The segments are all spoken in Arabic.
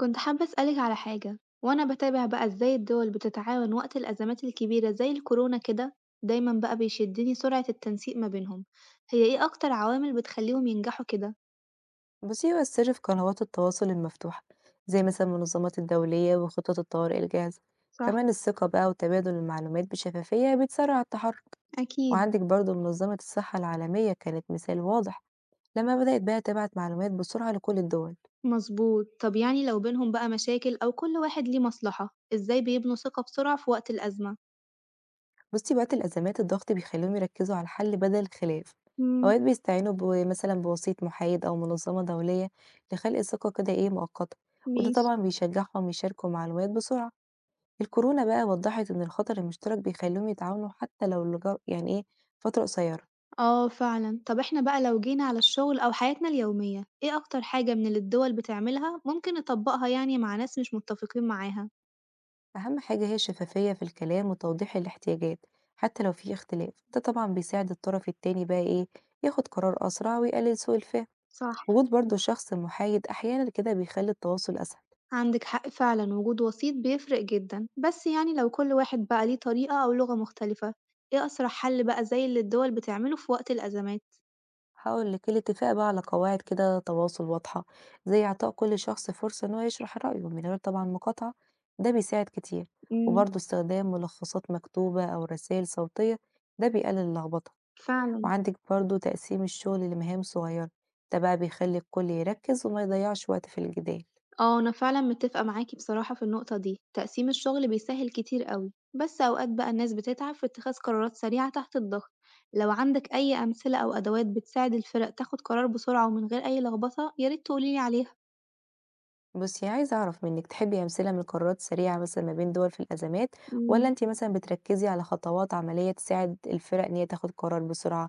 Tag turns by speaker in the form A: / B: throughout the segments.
A: كنت حابة أسألِك على حاجة، وأنا باتابع بقى إزاي الدول بتتعاون وقت الأزمات الكبيرة زي الكورونا كده، دايمًا بقى بيشدني سرعة التنسيق ما بينهم، هي إيه أكتر عوامل بتخليهم ينجحوا كده؟
B: بُصّي، هو السر في قنوات التواصل المفتوحة، زي مثلًا المنظمات الدولية وخطط الطوارئ الجاهزة،
A: صح،
B: كمان الثقة بقى وتبادل المعلومات بشفافية بتسرّع التحرُّك،
A: أكيد،
B: وعندِك برضه منظمة الصحة العالمية كانت مثال واضح، لمّا بدأت بقى تبعت معلومات بسرعة لكل الدول،
A: مظبوط، طب يعني لو بينهم بقى مشاكل أو كل واحد ليه مصلحة، إزاي بيبنوا ثقة بسرعة في وقت الأزمة؟
B: بُصّي وقت الأزمات الضغط بيخلّيهم يركّزوا على الحل بدل الخلاف،
A: إمم،
B: أوقات بيستعينوا ب مثلًا بوسيط محايد أو منظمة دولية لخلق ثقة كده إيه مؤقتة، وده
A: ماشي،
B: طبعًا بيشجّعهم يشاركوا معلومات بسرعة. الكورونا بقى وضّحت إن الخطر المشترك بيخلّيهم يتعاونوا حتى لو لجو يعني إيه، فترة قصيرة،
A: آه فعلًا، طب إحنا بقى لو جينا على الشغل أو حياتنا اليومية، إيه أكتر حاجة من اللي الدول بتعملها ممكن نطبقها يعني مع ناس مش متفقين معاها؟
B: أهم حاجة هي الشفافية في الكلام وتوضيح الاحتياجات، حتى لو في اختلاف، ده طبعًا بيساعد الطرف التاني بقى إيه، ياخد قرار أسرع ويقلل سوء الفهم،
A: صح.
B: وجود برضه شخص محايد أحيانًا كده بيخلّي التواصل أسهل.
A: عندك حق فعلا، وجود وسيط بيفرق جدا، بس يعني لو كل واحد بقى ليه طريقة أو لغة مختلفة، ايه أسرع حل بقى زي اللي الدول بتعمله في وقت الأزمات؟
B: هاقول لِك، الاتفاق بقى على قواعد كده تواصل واضحة، زي إعطاء كل شخص فرصة إن هو يشرح رأيه من غير طبعًا مقاطعة، ده بيساعد كتير،
A: امم.
B: وبرضه استخدام ملخصات مكتوبة أو رسايل صوتية، ده بيقلل اللخبطة،
A: فعلا.
B: وعندِك برضه تقسيم الشغل لمهام صغيرة، ده بقى بيخلي الكل يركز وما يضيعش وقت في الجدال.
A: اه أنا فعلا متفقة معاكي بصراحة في النقطة دي، تقسيم الشغل بيسهل كتير قوي، بس أوقات بقى الناس بتتعب في اتخاذ قرارات سريعة تحت الضغط، لو عندك أي أمثلة أو أدوات بتساعد الفرق تاخد قرار بسرعة ومن غير أي لخبطة ياريت تقوليلي
B: بُصّي، عايزة أعرف منِّك تحبي أمثلة من قرارات سريعة مثلًا ما بين دول في الأزمات، والّا
A: عليها.
B: أنتِ مثلًا بتركّزي على خطوات عملية تساعد الفرق إن هي تاخد قرار بسرعة؟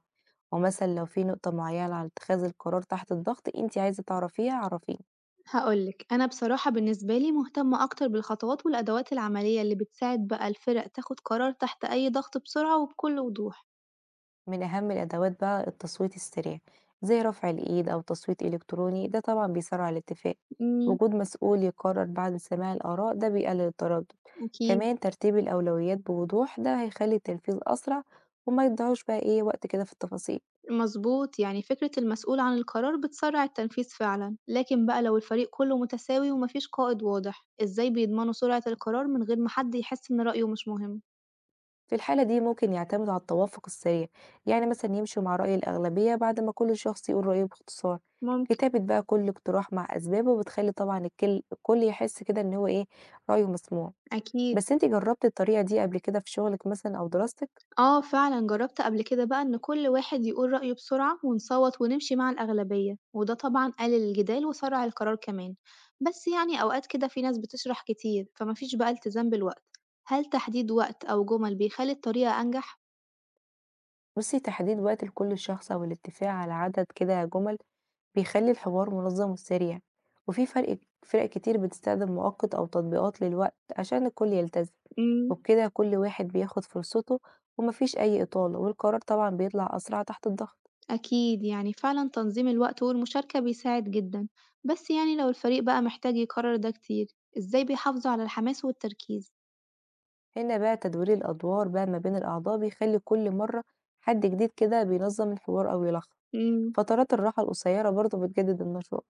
B: ومثلًا لو في نقطة معيّنة على اتخاذ القرار تحت الضغط أنتِ عايزة تعرفيها عرّفيني.
A: هقولك أنا بصراحة بالنسبة لي مهتمة أكتر بالخطوات والأدوات العملية اللي بتساعد بقى الفرق تاخد قرار تحت أي ضغط بسرعة وبكل وضوح.
B: من أهم الأدوات بقى التصويت السريع، زي رفع الإيد أو تصويت إلكتروني، ده طبعا بيسرع الاتفاق.
A: امم.
B: وجود مسؤول يقرر بعد سماع الآراء ده بيقلل التردد.
A: أكيد.
B: كمان ترتيب الأولويات بوضوح، ده هيخلي التنفيذ أسرع وما يضيعوش بقى إيه وقت كده في التفاصيل.
A: مظبوط، يعني فكرة المسؤول عن القرار بتسرع التنفيذ فعلا، لكن بقى لو الفريق كله متساوي ومفيش قائد واضح، إزاي بيضمنوا سرعة القرار من غير ما حد يحس إن رأيه مش مهم؟
B: في الحالة دي ممكن يعتمدوا على التوافق السريع، يعني مثلا يمشوا مع رأي الأغلبية بعد ما كل شخص يقول رأيه باختصار.
A: ممكن.
B: كتابة بقى كل اقتراح مع أسبابه بتخلي طبعا الكل يحس كده إن هو إيه، رأيه مسموع.
A: أكيد.
B: بس أنتِ جرّبتِ الطريقة دي قبل كده في شغلِك مثلًا أو دراستِك؟
A: آه فعلًا جربت قبل كده بقى إن كل واحد يقول رأيه بسرعة ونصوت ونمشي مع الأغلبية، وده طبعًا قلل الجدال وسرع القرار كمان، بس يعني أوقات كده في ناس بتشرح كتير فمفيش بقى التزام بالوقت، هل تحديد وقت أو جمل بيخلي الطريقة أنجح؟
B: بُصّي، تحديد وقت لكل شخص أو الاتفاق على عدد كده جُمل بيخلّي الحوار منظَّم وسريع، وفي فرق كتير بتستخدم مؤقت أو تطبيقات للوقت عشان الكل يلتزم،
A: إمم،
B: وبكده كل واحد بياخد فرصته وما فيش أي إطالة، والقرار طبعًا بيطلع أسرع تحت الضغط.
A: أكيد يعني فعلًا تنظيم الوقت والمشاركة بيساعد جدًا، بس يعني لو الفريق بقى محتاج يكرر ده كتير، إزاي بيحافظوا على الحماس والتركيز؟
B: هنا بقى تدوير الأدوار بقى ما بين الأعضاء بيخلّي كل مرّة حد جديد كده بينظَّم الحوار أو يلخّص.
A: إمم.
B: فترات الراحة القصيرة برضه بتجدد النشاط،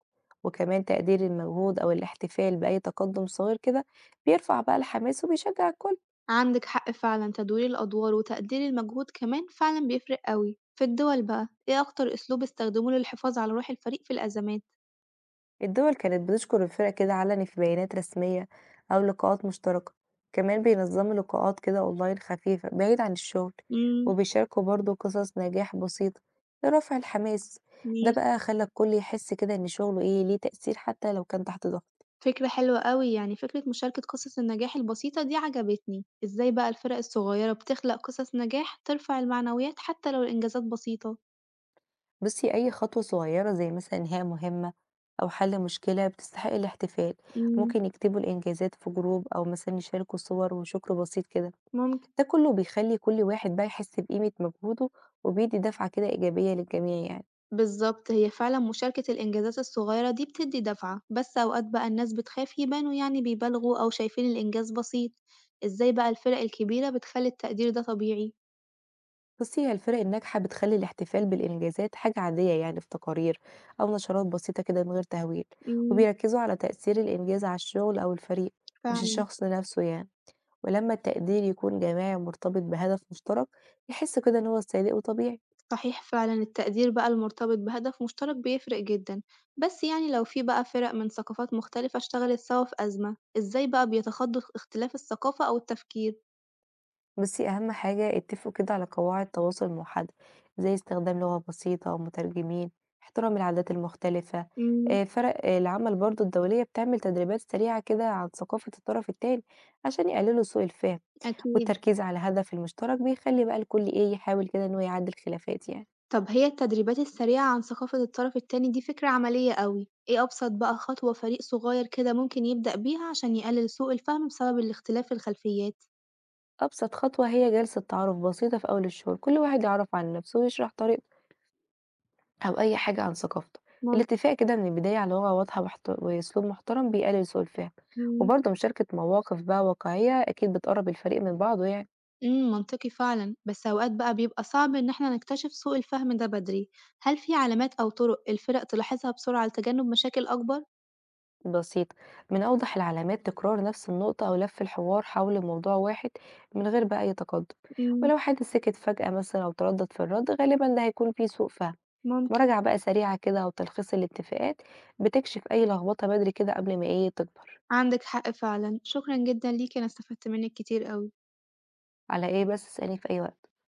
B: وكمان تقدير المجهود أو الاحتفال بأي تقدم صغير كده بيرفع بقى الحماس وبيشجع الكل.
A: عندك حق فعلا، تدوير الأدوار وتقدير المجهود كمان فعلا بيفرق قوي، في الدول بقى ايه أكتر أسلوب استخدموه للحفاظ على روح الفريق في الأزمات؟
B: الدول كانت بتشكر الفرق كده علني في بيانات رسمية أو لقاءات مشتركة، كمان بينظموا لقاءات كده أونلاين خفيفة بعيد عن الشغل،
A: مم.
B: وبيشاركوا برضه قصص نجاح بسيطة لرفع الحماس، ده
A: ماشي.
B: بقى خلى الكل يحس كده إن شغله إيه ليه تأثير حتى لو كان تحت ضغط.
A: فكرة حلوة قوي، يعني فكرة مشاركة قصص النجاح البسيطة دي عجبتني، ازاي بقى الفرق الصغيرة بتخلق قصص نجاح ترفع المعنويات حتى لو الإنجازات بسيطة؟
B: بُصّي، أي خطوة صغيرة زي مثلًا إنهاء مهمة أو حل مشكلة بتستحق الاحتفال،
A: مم.
B: ممكن يكتبوا الإنجازات في جروب أو مثلًا يشاركوا صور وشكر بسيط كده،
A: ممكن.
B: ده كله بيخلّي كل واحد بقى يحس بقيمة مجهوده وبيدّي دفعة كده إيجابية للجميع يعني.
A: بالضبط، هي فعلًا مشاركة الإنجازات الصغيرة دي بتدّي دفعة، بس أوقات بقى الناس بتخاف يبانوا يعني بيبالغوا أو شايفين الإنجاز بسيط، إزاي بقى الفرق الكبيرة بتخلّي التقدير ده طبيعي؟
B: بُصّي، هي الفرق الناجحة بتخلّي الاحتفال بالإنجازات حاجة عادية يعني في تقارير أو نشرات بسيطة كده من غير تهويل،
A: إمم،
B: وبيركّزوا على تأثير الإنجاز على الشغل أو الفريق مش
A: فعلًا،
B: الشخص نفسه يعني. ولمّا التقدير يكون جماعي ومرتبط بهدف مشترك، يحس كده إن هو صادق وطبيعي.
A: صحيح، فعلًا التقدير بقى المرتبط بهدف مشترك بيفرق جدًا، بس يعني لو في بقى فرق من ثقافات مختلفة اشتغلت سوا في أزمة، إزاي بقى بيتخطّوا اختلاف الثقافة أو التفكير؟
B: بس أهم حاجة اتفقوا كده على قواعد تواصل موحدة، زي استخدام لغة بسيطة ومترجمين، احترام العادات المختلفة،
A: إمم،
B: فرق العمل برضه الدولية بتعمل تدريبات سريعة كده عن ثقافة الطرف التاني عشان يقللوا سوء الفهم،
A: أكيد.
B: والتركيز على الهدف المشترك بيخلي بقى الكل إيه، يحاول كده إن هو يعدّي الخلافات يعني.
A: طب هي التدريبات السريعة عن ثقافة الطرف التاني دي فكرة عملية أوي، إيه أبسط بقى خطوة فريق صغير كده ممكن يبدأ بيها عشان يقلل سوء الفهم بسبب الاختلاف الخلفيات؟
B: أبسط خطوة هي جلسة تعارف بسيطة في أول الشهر، كل واحد يعرّف عن نفسه ويشرح طريقته أو أي حاجة عن ثقافته.
A: ممكن.
B: الاتفاق كده من البداية على لغة واضحة وأسلوب محترم بيقلل سوء الفهم، وبرضه مشاركة مواقف بقى واقعية أكيد بتقرب الفريق من بعضه يعني.
A: امم، منطقي فعلا، بس أوقات بقى بيبقى صعب إن احنا نكتشف سوء الفهم ده بدري، هل في علامات أو طرق الفرق تلاحظها بسرعة لتجنب مشاكل أكبر؟
B: بسيط، من أوضح العلامات تكرار نفس النقطة أو لف الحوار حول موضوع واحد من غير بقى أي تقدم،
A: امم.
B: ولو حد سكت فجأة مثلا أو تردد في الرد غالبا ده هيكون فيه سوء فهم.
A: ممكن،
B: مراجعة بقى سريعة كده أو تلخيص الاتفاقات بتكشف أي لخبطة بدري كده قبل ما إيه تكبر.
A: عندك حق فعلا، شكرا جدا ليك أنا استفدت منك كتير أوي.
B: على إيه بس، اسألني في أي وقت